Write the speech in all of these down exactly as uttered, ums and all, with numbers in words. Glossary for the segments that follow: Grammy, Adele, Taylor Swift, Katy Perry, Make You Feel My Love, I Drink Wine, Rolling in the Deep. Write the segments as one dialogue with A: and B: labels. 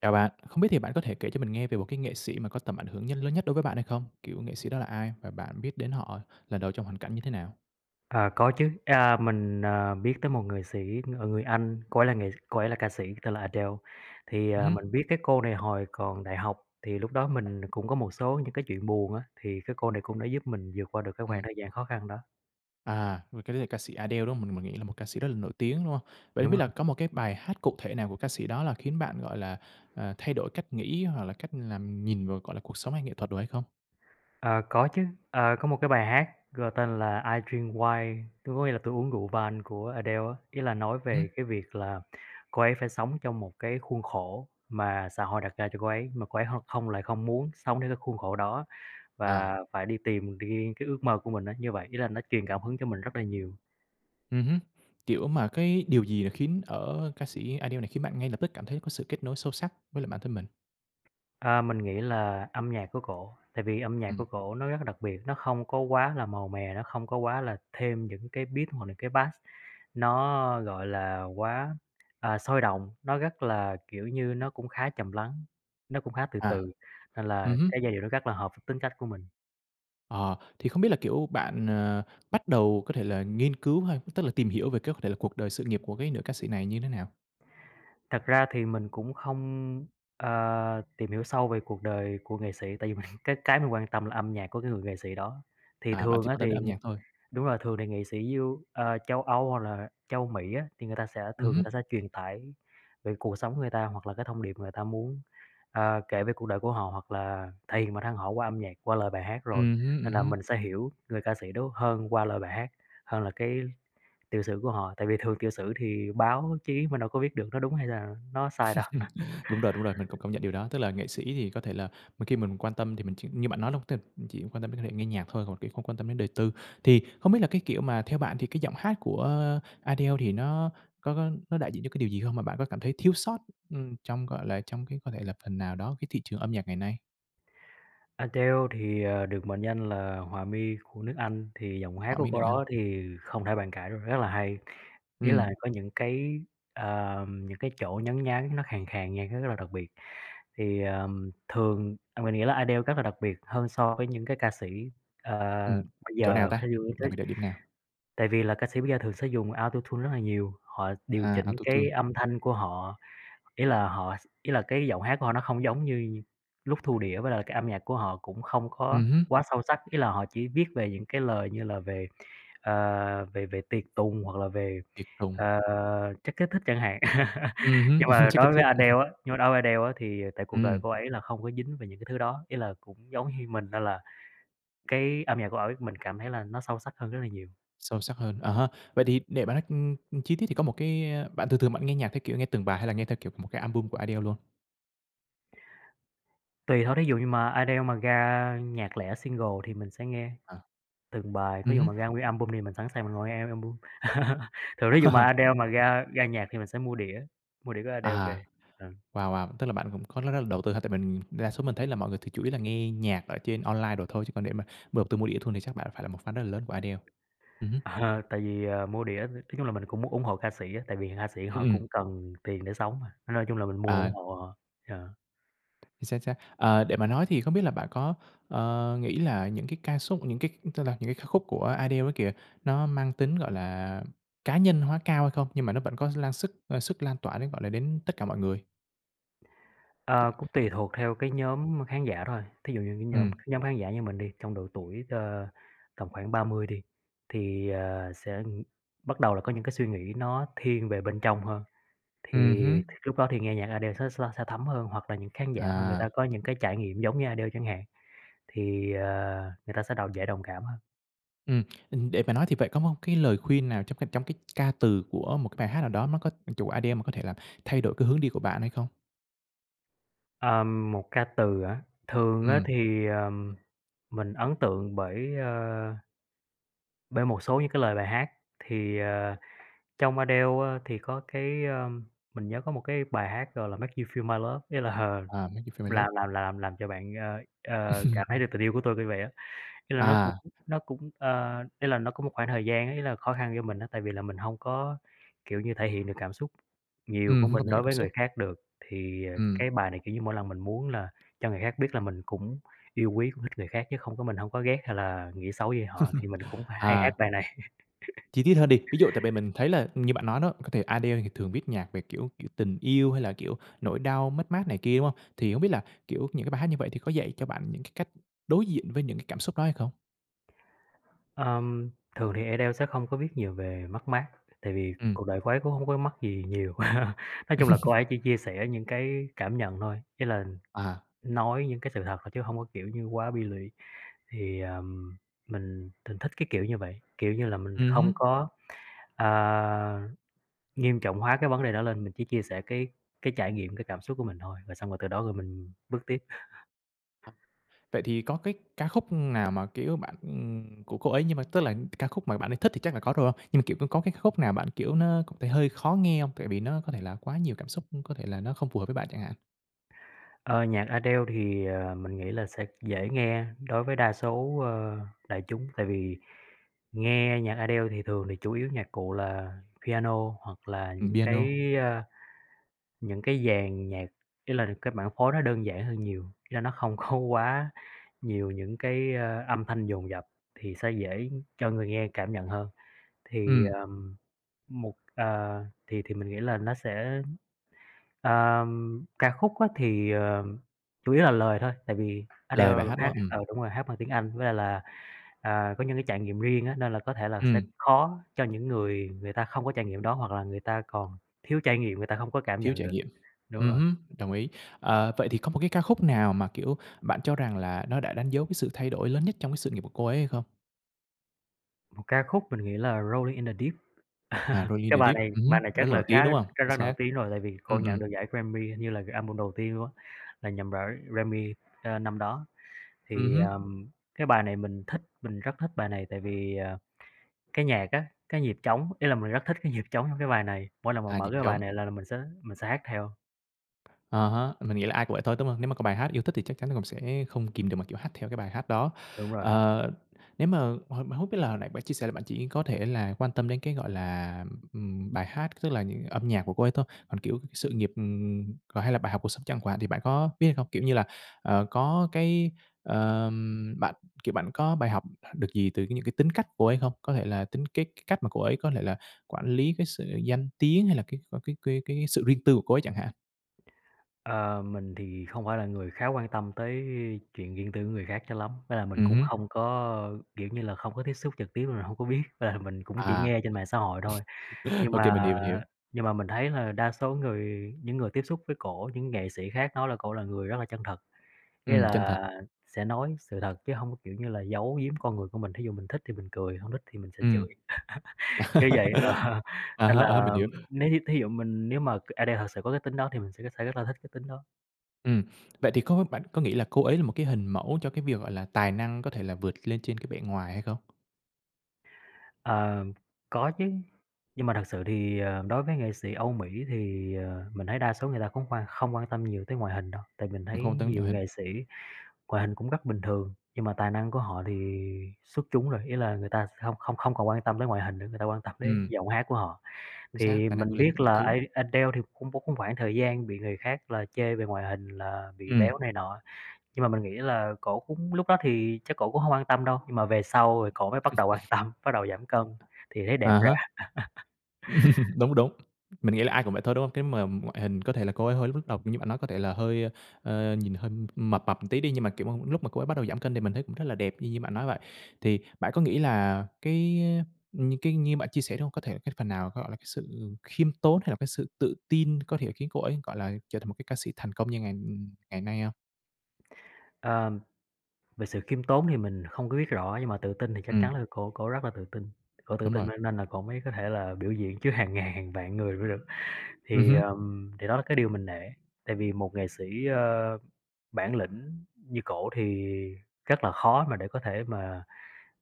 A: Chào bạn, không biết thì bạn có thể kể cho mình nghe về một cái nghệ sĩ mà có tầm ảnh hưởng nhân lớn nhất đối với bạn hay không? Kiểu nghệ sĩ đó là ai và bạn biết đến họ lần đầu trong hoàn cảnh như thế nào?
B: À, có chứ, à, mình, à, biết tới một người sĩ, ờ, người Anh, cô ấy là nghệ cô ấy là ca sĩ tên là Adele. Thì,
A: Ừm
B: à,
A: hứm,
B: mình biết cái cô này hồi còn đại học, thì lúc đó mình cũng có một số những cái chuyện buồn á, thì cái cô này cũng đã giúp mình vượt qua được cái khoảng
A: ừm.
B: thời gian khó khăn đó.
A: À, vậy cái đấy là ca sĩ Adele, đúng không? Mình mình nghĩ là một ca sĩ rất là nổi tiếng, đúng không? Vậy hông
B: Đúng
A: biết
B: rồi.
A: là có một cái bài hát cụ thể nào của ca sĩ đó là khiến bạn, gọi là, ờ, thay đổi cách nghĩ hoặc là cách làm nhìn vào, gọi là, cuộc sống hay nghệ thuật đồ hay không?
B: Ờ, có chứ, ờ, có một cái bài hát gọi tên là "I Drink Wine", tôi có nghĩa là "Tôi uống rượu vang" của Adele á, ý là nói
A: Ừm
B: về cái việc là cô ấy phải sống trong một cái khuôn khổ mà xã hội đặt ra cho cô ấy, mà cô ấy hông không lại không muốn sống theo cái khuôn khổ đó.
A: à,
B: Và phải đi tìm riêng cái ước mơ của mình á, như vậy, ý là nó truyền cảm hứng cho mình rất là nhiều.
A: ừm hứm, kiểu, mà cái điều gì là khiến ở ca sĩ Adele này khiến bạn ngay lập tức cảm thấy có sự kết nối sâu sắc với lại bản thân mình?
B: À, mình nghĩ là âm nhạc của cổ, tại vì âm nhạc của
A: Ừm,
B: cổ nó rất là đặc biệt, nó không có quá là màu mè, nó không có quá là thêm những cái beat hoặc là cái bass nó, gọi là, quá, à, sôi động, nó rất là, kiểu như, nó cũng khá trầm lắng, nó cũng khá từ
A: à,
B: từ, nên là
A: ừ.
B: cái giai điệu nó rất là hợp với tính cách của mình.
A: Ờ, thì không biết là, kiểu, bạn, ờ, bắt đầu có thể là nghiên cứu hay tức là tìm hiểu về cái có thể là cuộc đời sự nghiệp của cái nữ ca sĩ này như thế nào?
B: Thật ra thì mình cũng không, ờ, tìm hiểu sâu về cuộc đời của nghệ sĩ, tại vì mình cái cái mình quan tâm là âm nhạc của cái người nghệ sĩ đó. Thì
A: À, bạn
B: thường
A: chỉ
B: á,
A: quan tâm đến
B: thì
A: âm nhạc thôi.
B: đúng rồi, thường thì nghệ sĩ du ờ, châu Âu hoặc là châu Mỹ á, thì người ta sẽ
A: Ừm
B: thường người
A: hứm,
B: ta sẽ truyền tải về cuộc sống người ta, hoặc là cái thông điệp người ta muốn, ờ, kể về cuộc đời của họ, hoặc là thể hiện bản thân họ qua âm nhạc, qua lời bài hát rồi,
A: ừm hứm, ừm
B: nên là
A: hứm.
B: mình sẽ hiểu người ca sĩ đó hơn qua lời bài hát, hơn là cái Tiểu sử của họ, tại vì thường tiểu sử thì báo chí mình đâu có biết được nó đúng hay là nó sai đâu.
A: Đúng rồi, đúng rồi, mình cũng công nhận điều đó. Tức là nghệ sĩ thì có thể là mà khi mình quan tâm thì mình chỉ như bạn nói đúng t chỉ quan tâm đến cái thể nghe nhạc thôi, còn, cái không quan tâm đến đời tư. Thì không biết là cái kiểu mà theo bạn thì cái giọng hát của ờ, Adele thì nó có có nó đại diện cho cái điều gì không? Mà bạn có cảm thấy thiếu sót, ừm, trong, gọi là, trong cái có thể là phần nào đó cái thị trường âm nhạc ngày nay?
B: Adele thì, ờ, được mệnh danh là "Hòa mi của nước Anh", thì giọng hát
A: Hỏi
B: của
A: mình được
B: cô
A: ăn.
B: đó thì không thể bàn cãi rồi, rất là hay. Ý
A: Ừm.
B: là có những cái, ờ, những cái chỗ nhấn nhá nó khàn khàn nghe nó rất là đặc biệt. Thì, ờm, thường, à, mình nghĩ là Adele rất là đặc biệt hơn so với những cái ca sĩ, ờ,
A: Ừm,
B: bây
A: chỗ nào
B: giờ
A: ta?
B: hay dùng
A: Đặc
B: tới,
A: biệt là điểm nào?
B: tại vì là ca sĩ bây giờ thường sẽ dùng Auto-tune rất là nhiều, họ điều
A: À,
B: chỉnh
A: Auto-Tune.
B: cái âm thanh của họ. Ý là họ Ý là cái giọng hát của họ nó không giống như lúc thu đĩa, với lại cái âm nhạc của họ cũng không có
A: Ừm hứm,
B: quá sâu sắc. Ý là họ chỉ viết về những cái lời như là về, ờ, về về tiệc tùng hoặc là về,
A: tiệt tùng.
B: ờ, chất kích thích chẳng hạn.
A: Ừm hứm,
B: Nhưng mà
A: chắc kích
B: đối với Adele
A: thích.
B: á nhưng mà đối với Adele á thì tại cuộc đời
A: Ừm,
B: cô ấy là không có dính về những cái thứ đó, ý là cũng giống như mình nên là cái âm nhạc của ấy mình cảm thấy là nó sâu sắc hơn rất là nhiều.
A: sâu sắc hơn. À há, vậy thì để bạn nói, ưm, ưm, chi tiết thì có một cái, a bạn thường thường bạn nghe nhạc theo kiểu nghe từng bài hay là nghe theo kiểu một cái album của Adele luôn?
B: Tùy thôi, thí dụ như mà Adele mà ra nhạc lẻ single thì mình sẽ nghe.
A: À,
B: Từng bài,
A: ừm
B: thí dụ mà
A: hứm.
B: ra nguyên album thì mình sẵn sàng mình ngồi nghe album. Thường ví dụ mà Adele mà ra ra nhạc thì mình sẽ mua đĩa, mua đĩa của Adele
A: À,
B: về. Ừ.
A: wow, wow, tức là bạn cũng có rất rất là đầu tư ha, tại mình đa số mình thấy là mọi người thì chủ yếu là nghe nhạc ở trên online đồ thôi, chứ còn để mà đầu tư mua đĩa thường thì chắc bạn phải là một fan rất là lớn của Adele. Ừm hứm,
B: Ờ, Tại vì, ờ, mua đĩa nói chung là mình cũng muốn ủng hộ ca sĩ á, tại vì ca sĩ
A: ừm,
B: họ
A: ừm.
B: cũng cần tiền để sống mà, nên nói chung là mình mua
A: À.
B: ủng hộ họ. Ờ.
A: Chính xác, chính xác. Ờ, để mà nói thì không biết là bạn có, ờ, nghĩ là những cái ca khúc những cái tức là những cái ca khúc của Adele ấy kìa, nó mang tính, gọi là, cá nhân hóa cao hay không? Nhưng mà nó vẫn có lan sức ờ, sức lan tỏa đến, gọi là, đến tất cả mọi người.
B: Ờ, Cũng tùy thuộc theo cái nhóm khán giả thôi, thí dụ như cái
A: Ừ,
B: nhóm cái nhóm khán giả như mình đi, trong độ tuổi, ờ, tầm khoảng ba mươi đi, thì, ờ, sẽ bắt đầu là có những cái suy nghĩ nó thiên về bên trong hơn.
A: ừm
B: Thì
A: hứm.
B: lúc đó thì nghe nhạc Adele sẽ sẽ sẽ thấm hơn, hoặc là những khán giả mà người
A: À,
B: ta có những cái trải nghiệm giống như Adele chẳng hạn, thì, ờ, người ta sẽ đồng dễ đồng cảm hơn.
A: ừ. Để mà nói thì vậy có một cái lời khuyên nào trong cái trong cái ca từ của một cái bài hát nào đó nó có chủ Adele mà có thể làm thay đổi cái hướng đi của bạn hay không?
B: Ờm, một ca từ hả? Thường á
A: Ừ.
B: thì, ờm, mình ấn tượng bởi, ờ, bởi một số những cái lời bài hát. Thì, ờ, trong Adele á thì có cái, ờm, mình nhớ có một cái bài hát gọi là "Make You Feel My Love", nghĩa là, ờ,
A: À, "Make You Feel My Love."
B: làm làm làm làm cho bạn, ờ, ờ, cảm thấy được tình yêu của tôi, kiểu vậy á. Ý là nó cũng
A: À,
B: nó cũng, ờ, ý là nó có một khoảng thời gian ấy là khó khăn cho mình á, tại vì là mình hông có, kiểu như, thể hiện được cảm xúc
A: ừ
B: nhiều của
A: không có
B: mình
A: nhận
B: đối
A: cảm
B: với người
A: xúc.
B: khác được. Thì, ờ,
A: Ừ.
B: cái bài này, kiểu như, mỗi lần mình muốn là cho người khác biết là mình cũng yêu quý, cũng thích người khác chứ không có mình hông có ghét hay là nghĩ xấu gì họ, thì mình cũng phải hay hát
A: À.
B: bài này.
A: Chi tiết hơn đi, ví dụ tại vì mình thấy là ừ, như bạn nói đó, có thể Adele thì thường viết nhạc về, kiểu kiểu, tình yêu hay là, kiểu, nỗi đau mất mát này kia, đúng không? Thì không biết là, kiểu, những cái bài hát như vậy thì có dạy cho bạn những cái cách đối diện với những cái cảm xúc đó hay không?
B: Ờm, thường thì Adele sẽ không có viết nhiều về mất mát, tại vì
A: Ừm.
B: cuộc đời cô ấy cũng hông có mất gì nhiều. Nói chung là cô ấy chỉ chia sẻ những cái cảm nhận thôi, ý là
A: À,
B: Nói những cái sự thật thôi chứ hông có, kiểu như, quá bi lụy. Thì, ờm, mình mình thích cái kiểu như vậy, kiểu như là, mình không
A: ừm.
B: có, à, nghiêm trọng hóa cái vấn đề đó lên, mình chỉ chia sẻ cái cái trải nghiệm, cái cảm xúc của mình thôi, rồi xong rồi từ đó rồi mình bước tiếp.
A: Vậy thì có cái ca khúc nào mà, kiểu, bạn ừm, của cô ấy nhưng mà tức là ca khúc mà bạn ấy thích thì chắc là có rồi hông? Nhưng mà, kiểu, có cái ca khúc nào bạn, kiểu, nó cũng thấy hơi khó nghe không? Tại vì nó có thể là quá nhiều cảm xúc, có thể là nó không phù hợp với bạn chẳng hạn?
B: Ờ, Nhạc Adele thì, ờ, mình nghĩ là sẽ dễ nghe đối với đa số, ơ, đại chúng, tại vì nghe nhạc Adele thì thường thì chủ yếu nhạc cụ là piano hoặc là
A: Ừm,
B: những cái,
A: piano.
B: a những cái dàn nhạc, ý là cái bản phối nó đơn giản hơn nhiều, ý là nó không có quá nhiều những cái, ơ, âm thanh dồn dập thì sẽ dễ cho người nghe cảm nhận hơn. Thì,
A: Ừm,
B: ờm, một ờ, thì thì mình nghĩ là nó sẽ ờm, ca khúc á thì, ờ, chủ yếu là lời thôi, tại vì Adele
A: lời bài hát, đúng
B: hát
A: không? Ừm.
B: ờ, đúng rồi, hát bằng tiếng Anh với lại là, à, có những cái trải nghiệm riêng á, nên là có thể là sẽ
A: Ừm.
B: khó cho những người người ta không có trải nghiệm đó, hoặc là người ta còn thiếu trải nghiệm, người ta không có cảm
A: Thiếu
B: nhận
A: trải
B: được.
A: nghiệm.
B: Đúng rồi.
A: Ừm, đồng ý. Ờ, vậy thì có một cái ca khúc nào mà, kiểu, bạn cho rằng là nó đã đánh dấu cái sự thay đổi lớn nhất trong cái sự nghiệp của cô ấy hay không?
B: Một ca khúc mình nghĩ là "Rolling in the Deep."
A: À, "Rolling in
B: Cái
A: the
B: bài
A: Deep",
B: này
A: ừm
B: bài này
A: rất là
B: chắc là
A: nổi tiếng,
B: khá
A: đúng không?
B: rất
A: Chính
B: rất nổi
A: xác.
B: tiếng rồi, tại vì cô
A: Ừm,
B: nhận
A: ừm,
B: được giải Grammy hình như là cái album đầu tiên luôn á, là nhận giải Grammy, ơ, năm đó. Thì,
A: ừm,
B: ờm, cái bài này mình thích, mình rất thích bài này tại vì, ờ, cái nhạc á, cái nhịp trống, ý là mình rất thích cái nhịp trống trong cái bài này, mỗi lần mà
A: à,
B: mở
A: "Nhịp
B: cái bài
A: trống".
B: này là là mình sẽ mình sẽ hát theo.
A: À há, mình nghĩ là ai cũng vậy thôi, đúng hông? Nếu mà có bài hát yêu thích thì chắc chắn là mình sẽ không kìm được mà, kiểu, hát theo cái bài hát đó.
B: Đúng rồi.
A: Ờ, nếu mà hồi mà hông biết là hồi nãy bạn chia sẻ là bạn chỉ có thể là quan tâm đến cái, gọi là, ừm, bài hát, tức là những âm nhạc của cô ấy thôi, còn, kiểu, cái sự nghiệp, ừm, còn hay là bài học cuộc sống chẳng hạn thì bạn có biết hay không? Kiểu như là, ờ, có cái, ờm, bạn, kiểu, bạn có bài học được gì từ cái những cái tính cách cô ấy không? Có thể là tính cái cái cách mà cô ấy có thể là quản lý cái sự danh tiếng hay là cái c cái cái cái sự riêng tư của cô ấy chẳng hạn?
B: Ờ, mình thì không phải là người khá quan tâm tới chuyện riêng tư của người khác cho lắm, nên là mình
A: Ừm
B: cũng
A: hứm.
B: không có, kiểu như là, không có tiếp xúc trực tiếp nên mình hông có biết, là mình cũng chỉ
A: À,
B: nghe trên mạng xã hội thôi. Nhưng
A: ô mình hiểu,
B: mà
A: mình hiểu.
B: nhưng mà mình thấy là đa số người những người tiếp xúc với cổ, những nghệ sĩ khác nói là cổ là người rất là chân thật, nghĩa
A: Ừm, chân thật.
B: là sẽ nói sự thật chứ hông có, kiểu như là, giấu giếm con người của mình. Thí dụ mình thích thì mình cười, hông thích thì mình sẽ
A: Ừm.
B: chửi, kiểu vậy. Ờ,
A: À
B: Nên
A: há, à há, mình
B: là
A: hiểu.
B: nếu như thí dụ mình nếu mà c à, đây thật sự có cái tính đó thì mình sẽ sẽ rất là thích cái tính đó.
A: Ừm, vậy thì có bạn có nghĩ là cô ấy là một cái hình mẫu cho cái việc, gọi là, tài năng có thể là vượt lên trên cái bề ngoài hay không?
B: Ờ, có chứ, nhưng mà thật sự thì, ờ, đối với nghệ sĩ Âu Mỹ thì, ờ, mình thấy đa số người ta cũng quan không quan tâm nhiều tới ngoại hình đâu, tại mình
A: Ừm, không
B: thấy
A: tới nhận
B: nhiều
A: hình.
B: nghệ sĩ ngoại hình cũng rất bình thường, nhưng mà tài năng của họ thì xuất chúng rồi, ý là người ta không không không còn quan tâm tới ngoại hình nữa, người ta quan tâm đến
A: Ừm,
B: giọng hát của họ.
A: chính xác,
B: Thì
A: tài năng
B: mình
A: vươn lên
B: biết
A: trên mọi
B: là
A: thứ.
B: A Adele thì cũng có cũng khoảng thời gian bị người khác là chê về ngoại hình là bị
A: Ừm,
B: béo này nọ. Nhưng mà mình nghĩ là cổ cũng lúc đó thì chắc cổ cũng hông quan tâm đâu, nhưng mà về sau rồi cổ mới bắt đầu quan tâm, bắt đầu giảm cân thì thấy
A: à
B: đẹp ra.
A: há. Đúng, đúng. Mình nghĩ là ai cũng vậy thôi, đúng không? Cái mà ngoại hình có thể là cô ấy hơi lúc đầu như bạn nói có thể là hơi, ờ, nhìn hơi mập mập một tí đi, nhưng mà, kiểu, mà lúc mà cô ấy bắt đầu giảm cân thì mình thấy cũng rất là đẹp như như bạn nói vậy. Thì bạn có nghĩ là cái như cái như bạn chia sẻ, đúng hông? Có thể là cái phần nào, gọi là, cái sự khiêm tốn hay là cái sự tự tin có thể khiến cô ấy, gọi là, trở thành một cái ca sĩ thành công như ngày ngày nay không?
B: Ờ, về sự khiêm tốn thì mình không có biết rõ, nhưng mà tự tin thì chắc
A: Ừm,
B: chắn là cổ cổ rất là tự tin, cổ tự
A: đúng
B: tin
A: rồi.
B: nên nên là cổ mới có thể là biểu diễn trước hàng ngàn, hàng vạn người mới được.
A: Ừm
B: Thì,
A: hứm,
B: ờm, thì đó là cái điều mình nể, tại vì một nghệ sĩ, ơ, bản lĩnh như cổ thì rất là khó mà để có thể mà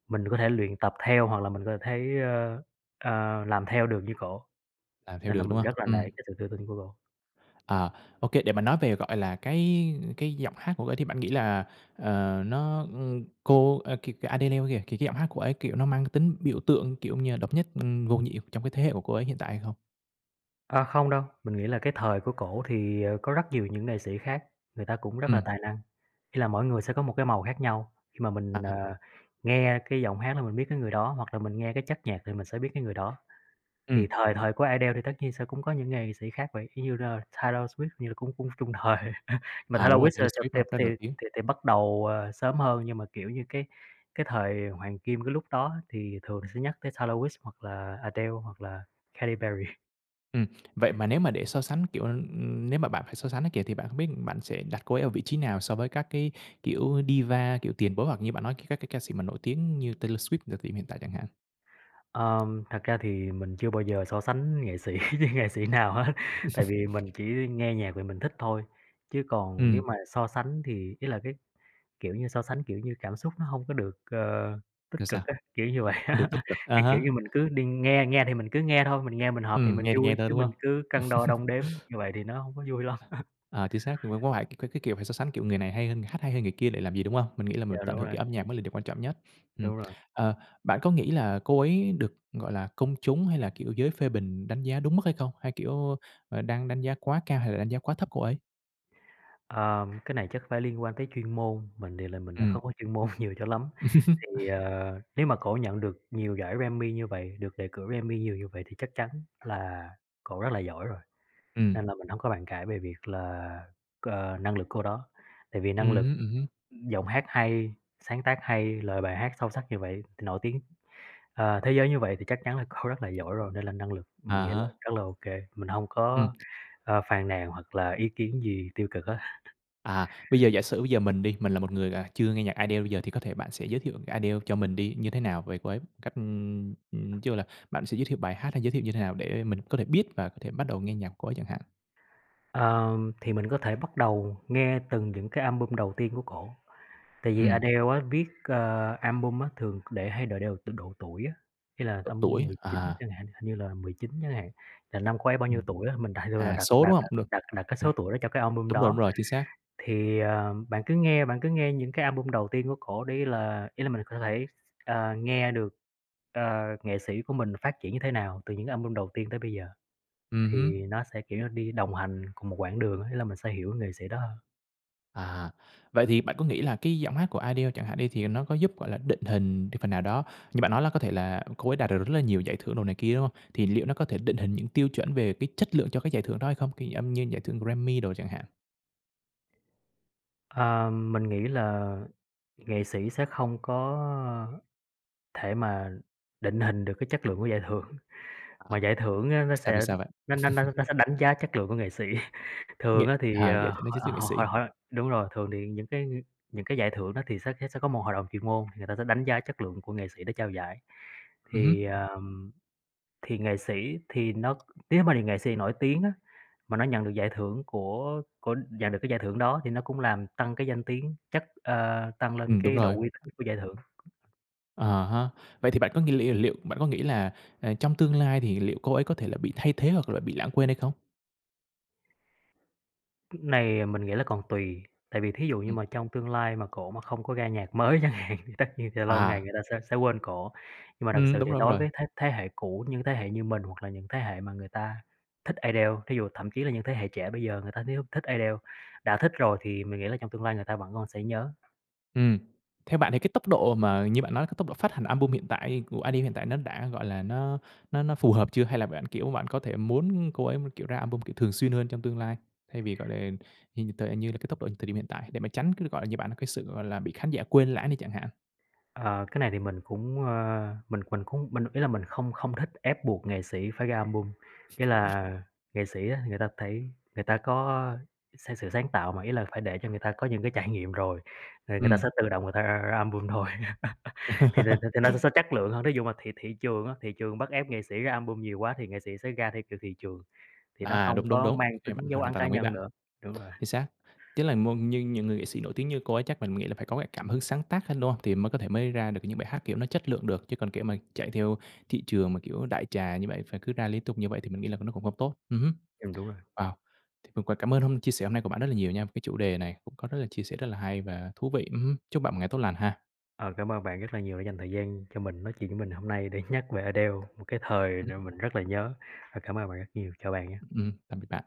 B: mình có thể luyện tập theo hoặc là mình có thể, ơ, ờ, ờ, làm theo được như cổ.
A: làm theo
B: Nên là
A: được,
B: mình
A: đúng không?
B: rất là nể
A: Ừm.
B: cái sự tự tin của cổ.
A: Ờ, ô để mà nói về, gọi là, cái cái giọng hát của cô ấy thì bạn nghĩ là, ờ, nó, ưm, cô, ơ, cái cái Adele kìa, thì cái giọng hát của ấy, kiểu, nó mang cái tính biểu tượng, kiểu như là, độc nhất, ừm, vô nhị trong cái thế hệ của cô ấy hiện tại hay không?
B: Ờ, không đâu, mình nghĩ là cái thời của cổ thì, ờ, có rất nhiều những nghệ sĩ khác, người ta cũng rất là
A: Ừm,
B: tài năng. Ý là mỗi người sẽ có một cái màu khác nhau, khi mà mình,
A: à,
B: ờ, nghe cái giọng hát là mình biết cái người đó, hoặc là mình nghe cái chất nhạc thì mình sẽ biết cái người đó.
A: ừm,
B: Thì thời thời của Adele thì tất nhiên sẽ cũng có những nghệ sĩ khác vậy, như là Taylor Swift như là cũng cũng chung thời. Mình thấy
A: à,
B: là
A: đúng
B: Wiz
A: rồi,
B: sẽ
A: Taylor
B: sẽ
A: Swift nó
B: tệp
A: rất
B: thì
A: nổi tiếng.
B: thì thì bắt đầu, ờ, sớm hơn, nhưng mà, kiểu như, cái cái thời hoàng kim cái lúc đó thì thường sẽ nhắc tới Taylor Swift hoặc là Adele hoặc là Katy Perry.
A: Ừm, vậy mà nếu mà để so sánh, kiểu, ừm, nếu mà bạn phải so sánh á kìa, thì bạn không biết bạn sẽ đặt cô ấy ở vị trí nào so với các cái, kiểu, diva, kiểu, tiền bối hoặc như bạn nói các cái ca sĩ mà nổi tiếng như Taylor Swift ở thời điểm hiện tại chẳng hạn?
B: Ờm, thật ra thì mình chưa bao giờ so sánh nghệ sĩ với nghệ sĩ nào hết, tại vì mình chỉ nghe nhạc vì mình thích thôi, chứ còn nếu
A: Ừm,
B: mà so sánh thì ý là cái kiểu như, so sánh, kiểu như, cảm xúc nó hông có được, ờ, tích
A: là sao?
B: cực á, kiểu như vậy.
A: Không được tích
B: á.
A: cực. À
B: Cái kiểu
A: há.
B: như mình cứ đi nghe nghe thì mình cứ nghe thôi, mình nghe mình hợp thì
A: Ừm,
B: mình
A: nghe thì nghe
B: vui,
A: thôi,
B: chứ
A: đúng
B: mình
A: hông?
B: cứ cân đo đong đếm như vậy thì nó hông có vui lắm.
A: Ờ, chính xác, cũng có phải cái cái, kiểu, phải so sánh, kiểu, người này hay hơn hát hay hơn người kia để làm gì, đúng hông? Mình nghĩ là mình
B: Dạ, đúng
A: tận hưởng cái
B: rồi,
A: âm nhạc mới là điều quan trọng nhất. Ừm,
B: đúng rồi.
A: ờ, bạn có nghĩ là cô ấy được, gọi là, công chúng hay là, kiểu, giới phê bình đánh giá đúng mức hay không? Hay, kiểu, ờ, đang đánh giá quá cao hay là đánh giá quá thấp cô ấy?
B: Ờ, cái này chắc phải liên quan tới chuyên môn, mình thì là mình lại
A: Ừm.
B: không có chuyên môn nhiều cho lắm. Thì, ờ, nếu mà cổ nhận được nhiều giải Grammy như vậy, được đề cử Grammy nhiều như vậy thì chắc chắn là cổ rất là giỏi rồi,
A: Ừm,
B: nên là mình hông có bàn cãi về việc là, ờ, năng lực cô đó. Tại vì năng
A: ừm
B: lực
A: hứm, ừm hứm.
B: giọng hát hay, sáng tác hay, lời bài hát sâu sắc như vậy, nổi tiếng, ờ, thế giới như vậy thì chắc chắn là cô rất là giỏi rồi, nên là năng lực
A: À
B: mình nghĩ là
A: há.
B: rất là ok, mình hông
A: Ừm.
B: có, ờ, phàn nàn hoặc là ý kiến gì tiêu cực hết.
A: À, bây giờ giả sử bây giờ mình đi, mình là một người, à, chưa nghe nhạc Adele bây giờ thì có thể bạn sẽ giới thiệu cái Adele cho mình đi như thế nào về cô ấy? Cách, ừm, ừm, tức là bạn sẽ giới thiệu bài hát hay giới thiệu như thế nào để mình có thể biết và có thể bắt đầu nghe nhạc của cô ấy chẳng hạn?
B: Ờ, thì mình có thể bắt đầu nghe từng những cái album đầu tiên của cổ, tại vì
A: Ừm,
B: Adele á viết, ờ, album á thường để hay để đều t độ tuổi á, ý là
A: độ
B: album
A: tuổi,
B: mười chín
A: à,
B: chẳng hạn, hình như là mười chín chẳng hạn, là năm cô ấy bao nhiêu
A: ừm,
B: tuổi á, mình đại thường là
A: à,
B: đặt
A: số,
B: đặt
A: đúng hông?
B: đặt
A: Được,
B: đặt đặt cái
A: ừm,
B: số tuổi đó cho cái album
A: đúng rồi, đúng
B: đó.
A: rồi, chính xác.
B: Thì, ờ, bạn cứ nghe bạn cứ nghe những cái album đầu tiên của cổ đi là ý là mình có thể, ờ, nghe được, ờ, nghệ sĩ của mình phát triển như thế nào từ những album đầu tiên tới bây giờ,
A: Ừm hứm.
B: thì nó sẽ, kiểu như, đi đồng hành cùng một quãng đường á, là mình sẽ hiểu nghệ sĩ đó hơn.
A: À, vậy thì bạn có nghĩ là cái giọng hát của i đê lờ chẳng hạn đi, thì nó có giúp, gọi là, định hình đi phần nào đó? Như bạn nói là có thể là cô ấy đạt được rất là nhiều giải thưởng đồ này kia, đúng hông? Thì liệu nó có thể định hình những tiêu chuẩn về cái chất lượng cho các giải thưởng đó hay không? Cái âm như giải thưởng Grammy đồ chẳng hạn.
B: Ờ, mình nghĩ là nghệ sĩ sẽ không có thể mà định hình được cái chất lượng của giải thưởng,
A: Ờ.
B: mà giải thưởng á, nó
A: Vì sao, vì
B: sẽ
A: sao vậy?
B: nó nó nó nó sẽ đánh giá chất lượng của nghệ sĩ. Thường
A: Nghệ
B: á thì,
A: à,
B: ờ,
A: giải thưởng đó
B: hội
A: cho nghệ
B: hội
A: sĩ.
B: hội hội đúng rồi, thường thì những cái những cái giải thưởng đó thì sẽ sẽ có một hội đồng chuyên môn, thì người ta sẽ đánh giá chất lượng của nghệ sĩ để trao giải.
A: Ừm hứm,
B: Thì, ờm, thì nghệ sĩ thì nó nếu mà nghệ sĩ nổi tiếng á, mà nó nhận được giải thưởng của của nhận được cái giải thưởng đó thì nó cũng làm tăng cái danh tiếng, chất ờ, tăng lên
A: ừm, đúng
B: cái độ
A: rồi.
B: uy tín của giải thưởng.
A: À há. Vậy thì bạn có nghĩ liệu liệu bạn có nghĩ là, ờ, trong tương lai thì liệu cô ấy có thể là bị thay thế hoặc là bị lãng quên hay không?
B: Này mình nghĩ là còn tùy, tại vì thí dụ như
A: Ừm,
B: mà trong tương lai mà cổ mà không có ra nhạc mới chẳng hạn thì tất nhiên thì lâu ngày
A: à,
B: người ta sẽ sẽ quên cổ. Nhưng mà thật
A: ừm,
B: sự
A: đúng
B: thì
A: rồi, đúng
B: đối
A: rồi.
B: với thế thế hệ cũ, những thế hệ như mình hoặc là những thế hệ mà người ta thích idol, thí dụ thậm chí là những thế hệ trẻ bây giờ người ta nếu thích idol, đã thích rồi thì mình nghĩ là trong tương lai người ta vẫn còn sẽ nhớ.
A: Ừm. Theo bạn thì cái tốc độ mà như bạn nói cái tốc độ phát hành album hiện tại của i đê em hiện tại nó đã, gọi là, nó nó nó phù hợp chưa? Hay là bạn, kiểu, bạn có thể muốn cô ấy, kiểu, ra album, kiểu, thường xuyên hơn trong tương lai, thay vì, gọi là, như tại như là cái tốc độ thời điểm hiện tại để mà tránh cái, gọi là, như bạn nói cái sự, gọi là, bị khán giả quên lãng đi chẳng hạn?
B: Ờ, cái này thì mình cũng, ơ, mình mình cũng mình ý là mình không không thích ép buộc nghệ sĩ phải ra album. Nghĩa là nghệ sĩ á, người ta thấy người ta có sáng sự sáng tạo mà, ý là phải để cho người ta có những cái trải nghiệm rồi, rồi người ta
A: Ừm.
B: sẽ tự động người ta ra album thôi, thì thì thì nó sẽ chất lượng hơn. Ví dụ mà thị thị trường á, thị trường bắt ép nghệ sĩ ra album nhiều quá thì nghệ sĩ sẽ ra theo kiểu thị trường, thì nó
A: À,
B: không
A: đúng, đúng,
B: có
A: đúng, cái
B: mang
A: này mình
B: tính
A: mình
B: dấu
A: hoàn
B: ấn
A: toàn
B: cá
A: đồng ý
B: nhân
A: bạn.
B: nữa. Đúng rồi,
A: Chính xác. Chính là mô như những người nghệ sĩ nổi tiếng như cô ấy chắc mình nghĩ là phải có cái cảm hứng sáng tác hơn, đúng không? Thì mới có thể mới ra được những bài hát, kiểu, nó chất lượng được, chứ còn, kiểu, mà chạy theo thị trường mà, kiểu, đại trà như vậy, và cứ ra liên tục như vậy thì mình nghĩ là nó cũng không tốt. Ừ, hứm.
B: ừm, đúng rồi.
A: Wow! Thì mình cũng cảm ơn hôm chia sẻ hôm nay của bạn rất là nhiều nha. Cái chủ đề này cũng có rất là chia sẻ rất là hay và thú vị. Ừm hứm. Chúc bạn một ngày tốt lành ha.
B: Ờ, cảm ơn bạn rất là nhiều đã dành thời gian cho mình, nói chuyện với mình hôm nay để nhắc về Adele, một cái thời
A: Ừm,
B: mà mình rất là nhớ. Và cảm ơn bạn rất nhiều, chào bạn nhé.
A: ừm, tạm biệt bạn.